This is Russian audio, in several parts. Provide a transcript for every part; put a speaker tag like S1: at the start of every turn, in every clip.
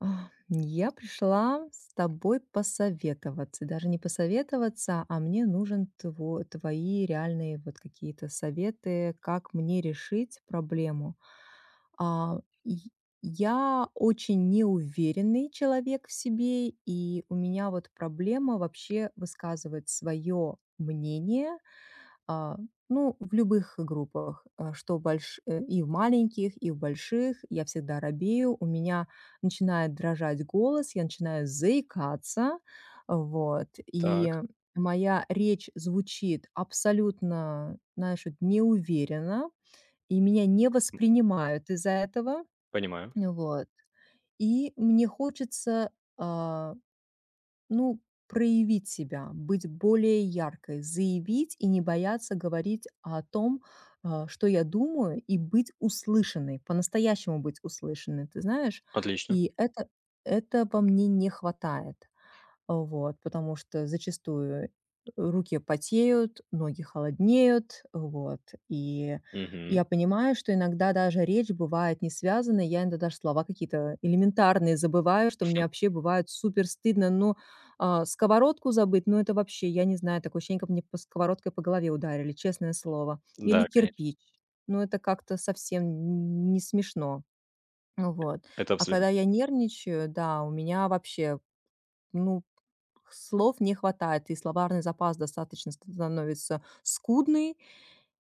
S1: Я пришла с тобой посоветоваться, даже не посоветоваться, а мне нужен твои реальные вот какие-то советы, как мне решить проблему. А, и я очень неуверенный человек в себе, и у меня вот проблема вообще высказывать свое мнение а, ну, в любых группах, что и в маленьких, и в больших, я всегда робею, у меня начинает дрожать голос, я начинаю заикаться, вот.
S2: Так.
S1: И моя речь звучит абсолютно, знаешь, вот неуверенно, и меня не воспринимают из-за этого.
S2: Понимаю.
S1: Вот. И мне хочется, а ну, проявить себя, быть более яркой, заявить и не бояться говорить о том, что я думаю, и быть услышанной, по-настоящему быть услышанной, ты знаешь?
S2: Отлично.
S1: И этого мне не хватает. Вот, потому что зачастую руки потеют, ноги холоднеют, вот. И
S2: Мгм.
S1: я понимаю, что иногда даже речь бывает не связанной, я иногда даже слова какие-то элементарные забываю, что мне вообще бывает супер стыдно, сковородку забыть, ну, это вообще, я не знаю, такое ощущение, как мне по сковородкой по голове ударили, честное слово. Или
S2: Да, конечно.
S1: кирпич, ну, это как-то совсем не смешно, вот.
S2: Это
S1: А
S2: абсолютно
S1: когда я
S2: точно.
S1: нервничаю, да, у меня вообще ну, слов не хватает, и словарный запас достаточно становится скудный,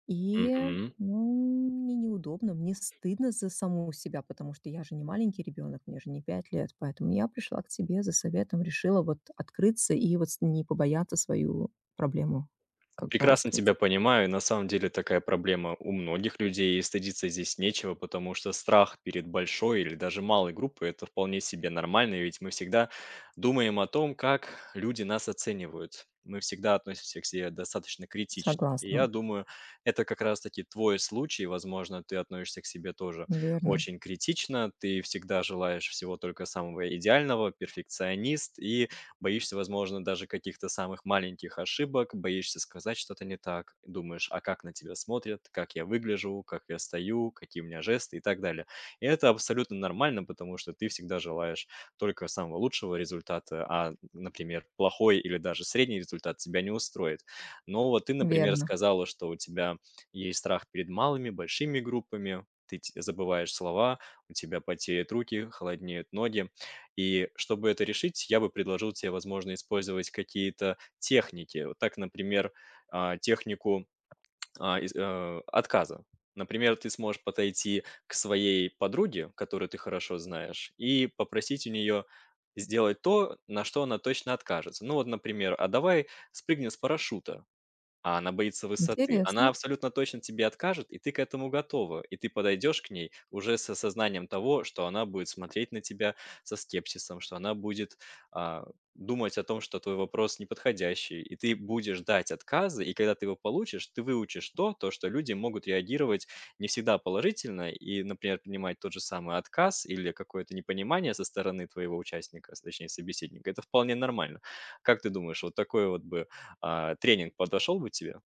S1: и,
S2: Мгм.
S1: ну, мне неудобно, мне стыдно за саму себя, потому что я же не маленький ребенок, мне же не 5 лет, поэтому я пришла к тебе за советом, решила вот открыться и вот не побояться свою проблему как бы
S2: Прекрасно тебя
S1: раскрыть.
S2: понимаю. На самом деле такая проблема у многих людей, и стыдиться здесь нечего, потому что страх перед большой или даже малой группой – это вполне себе нормально, ведь мы всегда думаем о том, как люди нас оценивают. Мы всегда относимся к себе достаточно критично. И
S1: Согласна,
S2: я думаю, это как раз-таки твой случай. Возможно, ты относишься к себе тоже
S1: верно,
S2: очень критично, ты всегда желаешь всего только самого идеального, перфекционист, и боишься, возможно, даже каких-то самых маленьких ошибок, боишься сказать что-то не так, думаешь, а как на тебя смотрят, как я выгляжу, как я стою, какие у меня жесты и так далее. И это абсолютно нормально, потому что ты всегда желаешь только самого лучшего результата, а, например, плохой или даже средний результат тебя не устроит. Но вот ты, например,
S1: верно.
S2: сказала, что у тебя есть страх перед малыми, большими группами, забываешь слова, у тебя потеют руки, холоднеют ноги. И чтобы это решить, я бы предложил тебе, возможно, использовать какие-то техники. Вот так, например, технику, отказа. Например, ты сможешь подойти к своей подруге, которую ты хорошо знаешь, и попросить у нее сделать то, на что она точно откажется. Ну вот, например: "А давай спрыгнем с парашюта". А она боится высоты. Она
S1: Интересно.
S2: абсолютно точно тебе откажет, и ты к этому готова. И ты подойдешь к ней уже с осознанием того, что она будет смотреть на тебя со скепсисом, что она будет а, думать о том, что твой вопрос неподходящий. И ты будешь дать отказы, и когда ты его получишь, ты выучишь то, что люди могут реагировать не всегда положительно и, например, принимать тот же самый отказ или какое-то непонимание со стороны твоего точнее, собеседника. Это вполне нормально. Как ты думаешь, вот такой вот бы тренинг подошел бы тебе?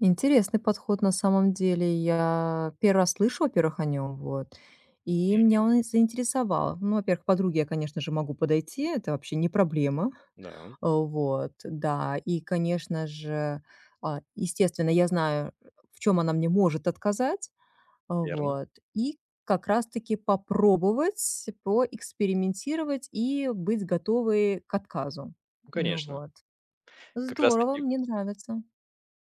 S1: Интересный подход на самом деле. Я первый раз слышу, во-первых, о нем вот, и
S2: Мгм.
S1: меня он и заинтересовал. Ну, во-первых, к подруге я, конечно же, могу подойти, это вообще не проблема.
S2: Да,
S1: Вот, да. И, конечно же, естественно, я знаю, в чем она мне может отказать,
S2: верно.
S1: вот, и как раз таки попробовать, поэкспериментировать и быть готовой к отказу.
S2: Ну,
S1: Ну
S2: конечно.
S1: вот.
S2: Как раз
S1: Здорово,
S2: таки
S1: мне нравится.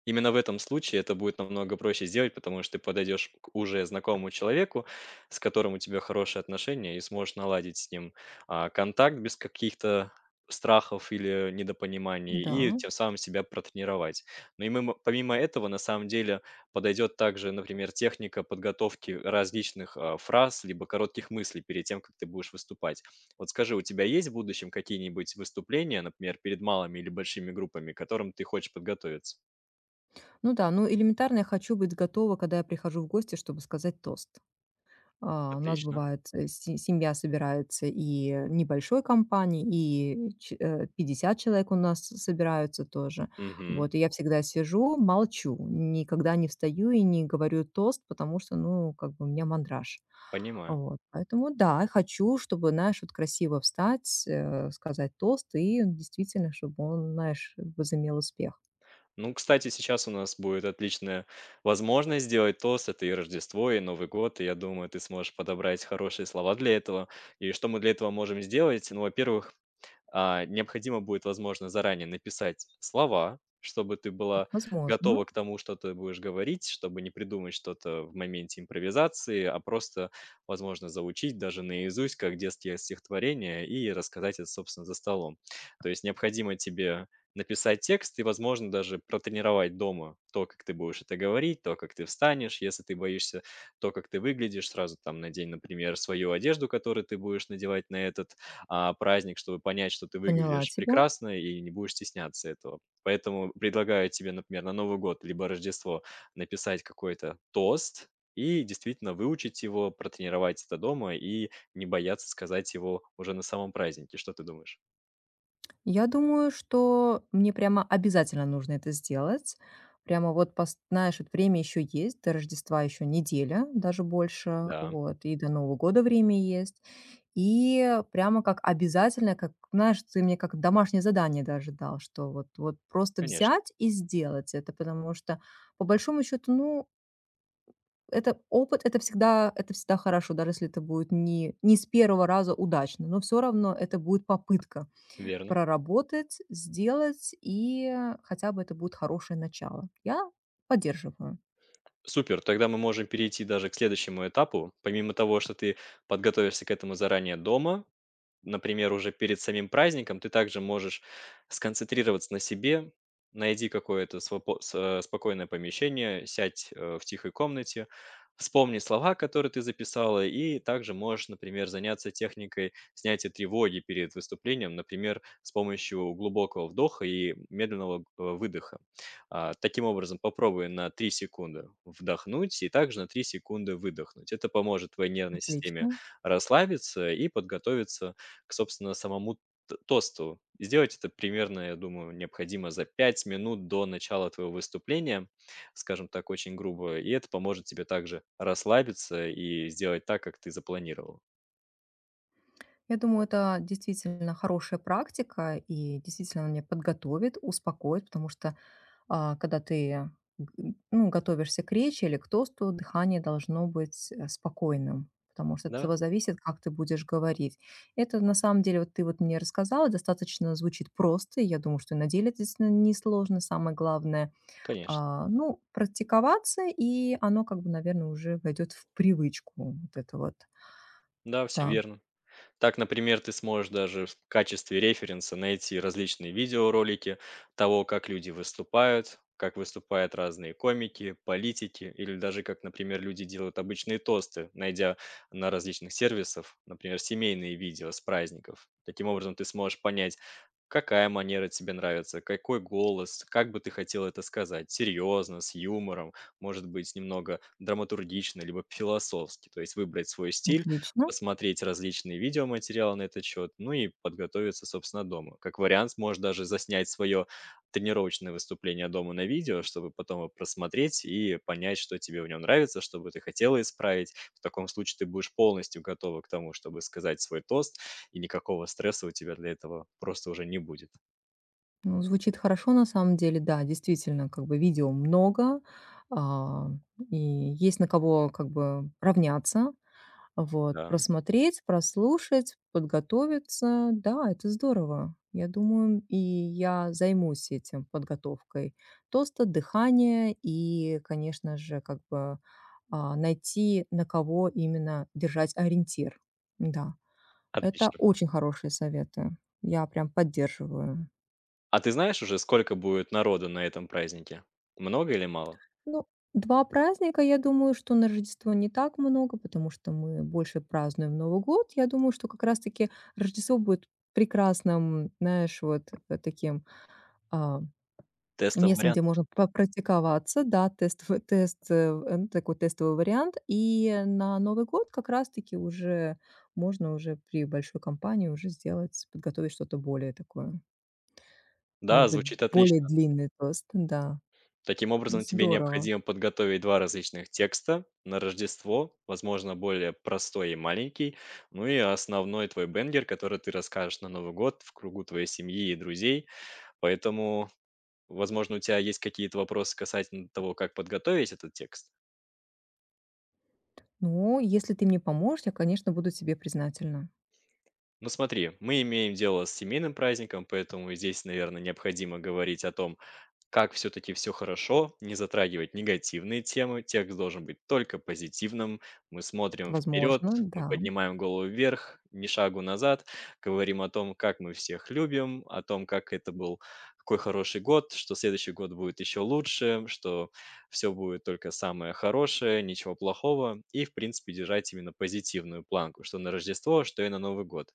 S2: именно в этом случае это будет намного проще сделать, потому что ты подойдешь к уже знакомому человеку, с которым у тебя хорошие отношения, и сможешь наладить с ним контакт без каких-то страхов или недопониманий,
S1: Да.
S2: и тем самым себя протренировать. Помимо этого, на самом деле, подойдет также, например, техника подготовки различных фраз, либо коротких мыслей перед тем, как ты будешь выступать. Вот скажи, у тебя есть в будущем какие-нибудь выступления, например, перед малыми или большими группами, к которым ты хочешь подготовиться?
S1: Ну да, ну элементарно я хочу быть готова, когда я прихожу в гости, чтобы сказать тост. А, у нас
S2: Отлично.
S1: бывает, семья собирается и небольшой компании, и 50 человек у нас собираются тоже.
S2: Мгм.
S1: Вот, и я всегда сижу, молчу, никогда не встаю и не говорю тост, потому что, ну, как бы у меня мандраж.
S2: Понимаю.
S1: Вот, поэтому да, хочу, чтобы, знаешь, вот красиво встать, сказать тост, и действительно, чтобы он, знаешь, возымел успех.
S2: Ну, кстати, сейчас у нас будет отличная возможность сделать тост. Это и Рождество, и Новый год. И я думаю, ты сможешь подобрать хорошие слова для этого. И что мы для этого можем сделать? Ну, во-первых, необходимо будет, возможно, заранее написать слова, чтобы ты была готова
S1: Возможно,
S2: к тому, что ты будешь говорить, чтобы не придумать что-то в моменте импровизации, а просто, возможно, заучить даже наизусть, как детские стихотворения, и рассказать это, собственно, за столом. То есть необходимо тебе написать текст и, возможно, даже протренировать дома то, как ты будешь это говорить, то, как ты встанешь, если ты боишься, то, как ты выглядишь, сразу там надень, например, свою одежду, которую ты будешь надевать на этот праздник, чтобы понять, что ты
S1: поняла
S2: выглядишь
S1: тебя.
S2: прекрасно и не будешь стесняться этого. Поэтому предлагаю тебе, например, на Новый год либо Рождество написать какой-то тост и действительно выучить его, протренировать это дома и не бояться сказать его уже на самом празднике. Что ты думаешь?
S1: Я думаю, что мне прямо обязательно нужно это сделать. Прямо вот, пос знаешь, вот время еще есть, до Рождества еще неделя, даже больше,
S2: Да,
S1: вот, и до Нового года время есть. И прямо как обязательно, как, знаешь, ты мне как домашнее задание даже дал, что вот просто
S2: конечно,
S1: взять и сделать это, потому что, по большому счету, ну, это опыт, это всегда хорошо, даже если это будет не с первого раза удачно, но все равно это будет попытка
S2: верно.
S1: проработать, сделать, и хотя бы это будет хорошее начало. Я поддерживаю.
S2: Супер, тогда мы можем перейти даже к следующему этапу. Помимо того, что ты подготовишься к этому заранее дома, например, уже перед самим праздником ты также можешь сконцентрироваться на себе. Найди какое-то спокойное помещение, сядь, в тихой комнате, вспомни слова, которые ты записала, и также можешь, например, заняться техникой снятия тревоги перед выступлением, например, с помощью глубокого вдоха и медленного, выдоха. Таким образом, попробуй на 3 секунды вдохнуть и также на 3 секунды выдохнуть. Это поможет твоей нервной системе
S1: Отлично.
S2: расслабиться и подготовиться к, собственно, самому т тосту. И сделать это примерно, я думаю, необходимо за 5 минут до начала твоего выступления, скажем так, очень грубо. И это поможет тебе также расслабиться и сделать так, как ты запланировал.
S1: Я думаю, это действительно хорошая практика, и действительно она меня подготовит, успокоит, потому что когда ты готовишься к речи или к тосту, дыхание должно быть спокойным, потому что от
S2: Да,
S1: этого зависит, как ты будешь говорить. Это на самом деле, вот ты вот мне рассказала, достаточно звучит просто, и я думаю, что и на деле это действительно несложно, самое главное
S2: конечно.
S1: Ну, практиковаться, и оно как бы, наверное, уже войдет в привычку. Вот это вот.
S2: Да, все
S1: Да,
S2: верно. Так, например, ты сможешь даже в качестве референса найти различные видеоролики того, как люди выступают, как выступают разные комики, политики, или даже как, например, люди делают обычные тосты, найдя на различных сервисах, например, семейные видео с праздников. Таким образом, ты сможешь понять, какая манера тебе нравится, какой голос, как бы ты хотел это сказать, серьезно, с юмором, может быть, немного драматургично, либо философски. То есть выбрать свой стиль,
S1: отлично.
S2: посмотреть различные видеоматериалы на этот счет, ну и подготовиться, собственно, дома. Как вариант, можешь даже заснять свое тренировочное выступление дома на видео, чтобы потом его просмотреть и понять, что тебе в нем нравится, что бы ты хотела исправить. В таком случае ты будешь полностью готова к тому, чтобы сказать свой тост, и никакого стресса у тебя для этого просто уже не будет.
S1: Ну, звучит хорошо на самом деле. Да, действительно, как бы видео много, а, и есть на кого как бы равняться. Вот,
S2: Да,
S1: просмотреть, прослушать, подготовиться. Да, это здорово. Я думаю, и я займусь этим, подготовкой тоста, дыхания и, конечно же, как бы, найти, на кого именно держать ориентир. Да, это
S2: отлично.
S1: очень хорошие советы. Я прям поддерживаю.
S2: А ты знаешь уже, сколько будет народу на этом празднике? Много или мало?
S1: Ну, 2 праздника, я думаю, что на Рождество не так много, потому что мы больше празднуем Новый год. Я думаю, что как раз таки Рождество будет прекрасным, знаешь, таким, а,
S2: Тестовый
S1: местом,
S2: вариант.
S1: где можно попрактиковаться, да, тестовый тест, э, н такой тестовый вариант. И на Новый год как раз таки уже можно уже при большой компании уже сделать, подготовить что-то более такое,
S2: Да,
S1: может быть,
S2: звучит
S1: более
S2: отлично.
S1: длинный тост. Да,
S2: Таким образом, тебе
S1: здорово.
S2: необходимо подготовить 2 различных текста: на Рождество, возможно, более простой и маленький, ну и основной твой бенгер, который ты расскажешь на Новый год в кругу твоей семьи и друзей. Поэтому, возможно, у тебя есть какие-то вопросы касательно того, как подготовить этот текст?
S1: Ну, если ты мне поможешь, я, конечно, буду тебе признательна.
S2: Ну смотри, мы имеем дело с семейным праздником, поэтому здесь, наверное, необходимо говорить о том, как все-таки все хорошо, не затрагивать негативные темы, текст должен быть только позитивным. Мы смотрим
S1: Это
S2: вперед,
S1: возможно,
S2: мы
S1: да.
S2: поднимаем голову вверх, ни шагу назад, говорим о том, как мы всех любим, о том, как это был какой хороший год, что следующий год будет еще лучше, что все будет только самое хорошее, ничего плохого, и, в принципе, держать именно позитивную планку, что на Рождество, что и на Новый год.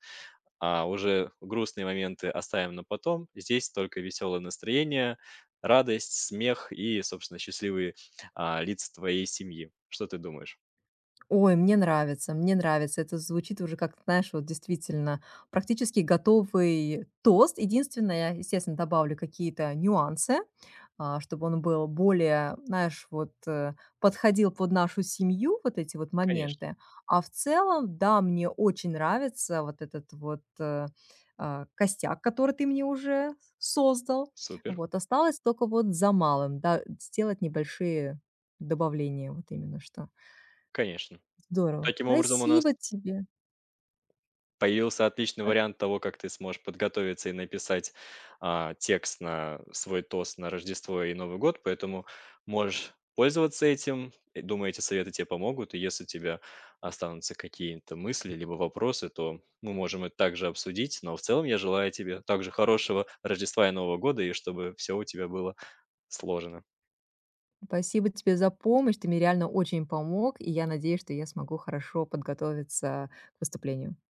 S2: А уже грустные моменты оставим на потом. Здесь только веселое настроение, радость, смех и, собственно, счастливые лица твоей семьи. Что ты думаешь?
S1: Ой, мне нравится, мне нравится. Это звучит уже как, знаешь, вот действительно практически готовый тост. Единственное, я, естественно, добавлю какие-то нюансы, чтобы он был более, знаешь, подходил под нашу семью, вот эти вот
S2: Конечно.
S1: моменты. А в целом, да, мне очень нравится вот этот вот костяк, который ты мне уже создал.
S2: Супер.
S1: Вот осталось только вот за малым, да, сделать небольшие добавления, вот именно что.
S2: Конечно.
S1: Здорово.
S2: Таким образом, у нас
S1: Спасибо тебе.
S2: появился отличный
S1: Па
S2: вариант того, как ты сможешь подготовиться и написать, текст на свой тост на Рождество и Новый год, поэтому можешь пользоваться этим. И думаю, эти советы тебе помогут. И если у тебя останутся какие-то мысли либо вопросы, то мы можем это также обсудить. Но в целом я желаю тебе также хорошего Рождества и Нового года, и чтобы все у тебя было сложено.
S1: Спасибо тебе за помощь. Ты мне реально очень помог, и я надеюсь, что я смогу хорошо подготовиться к выступлению.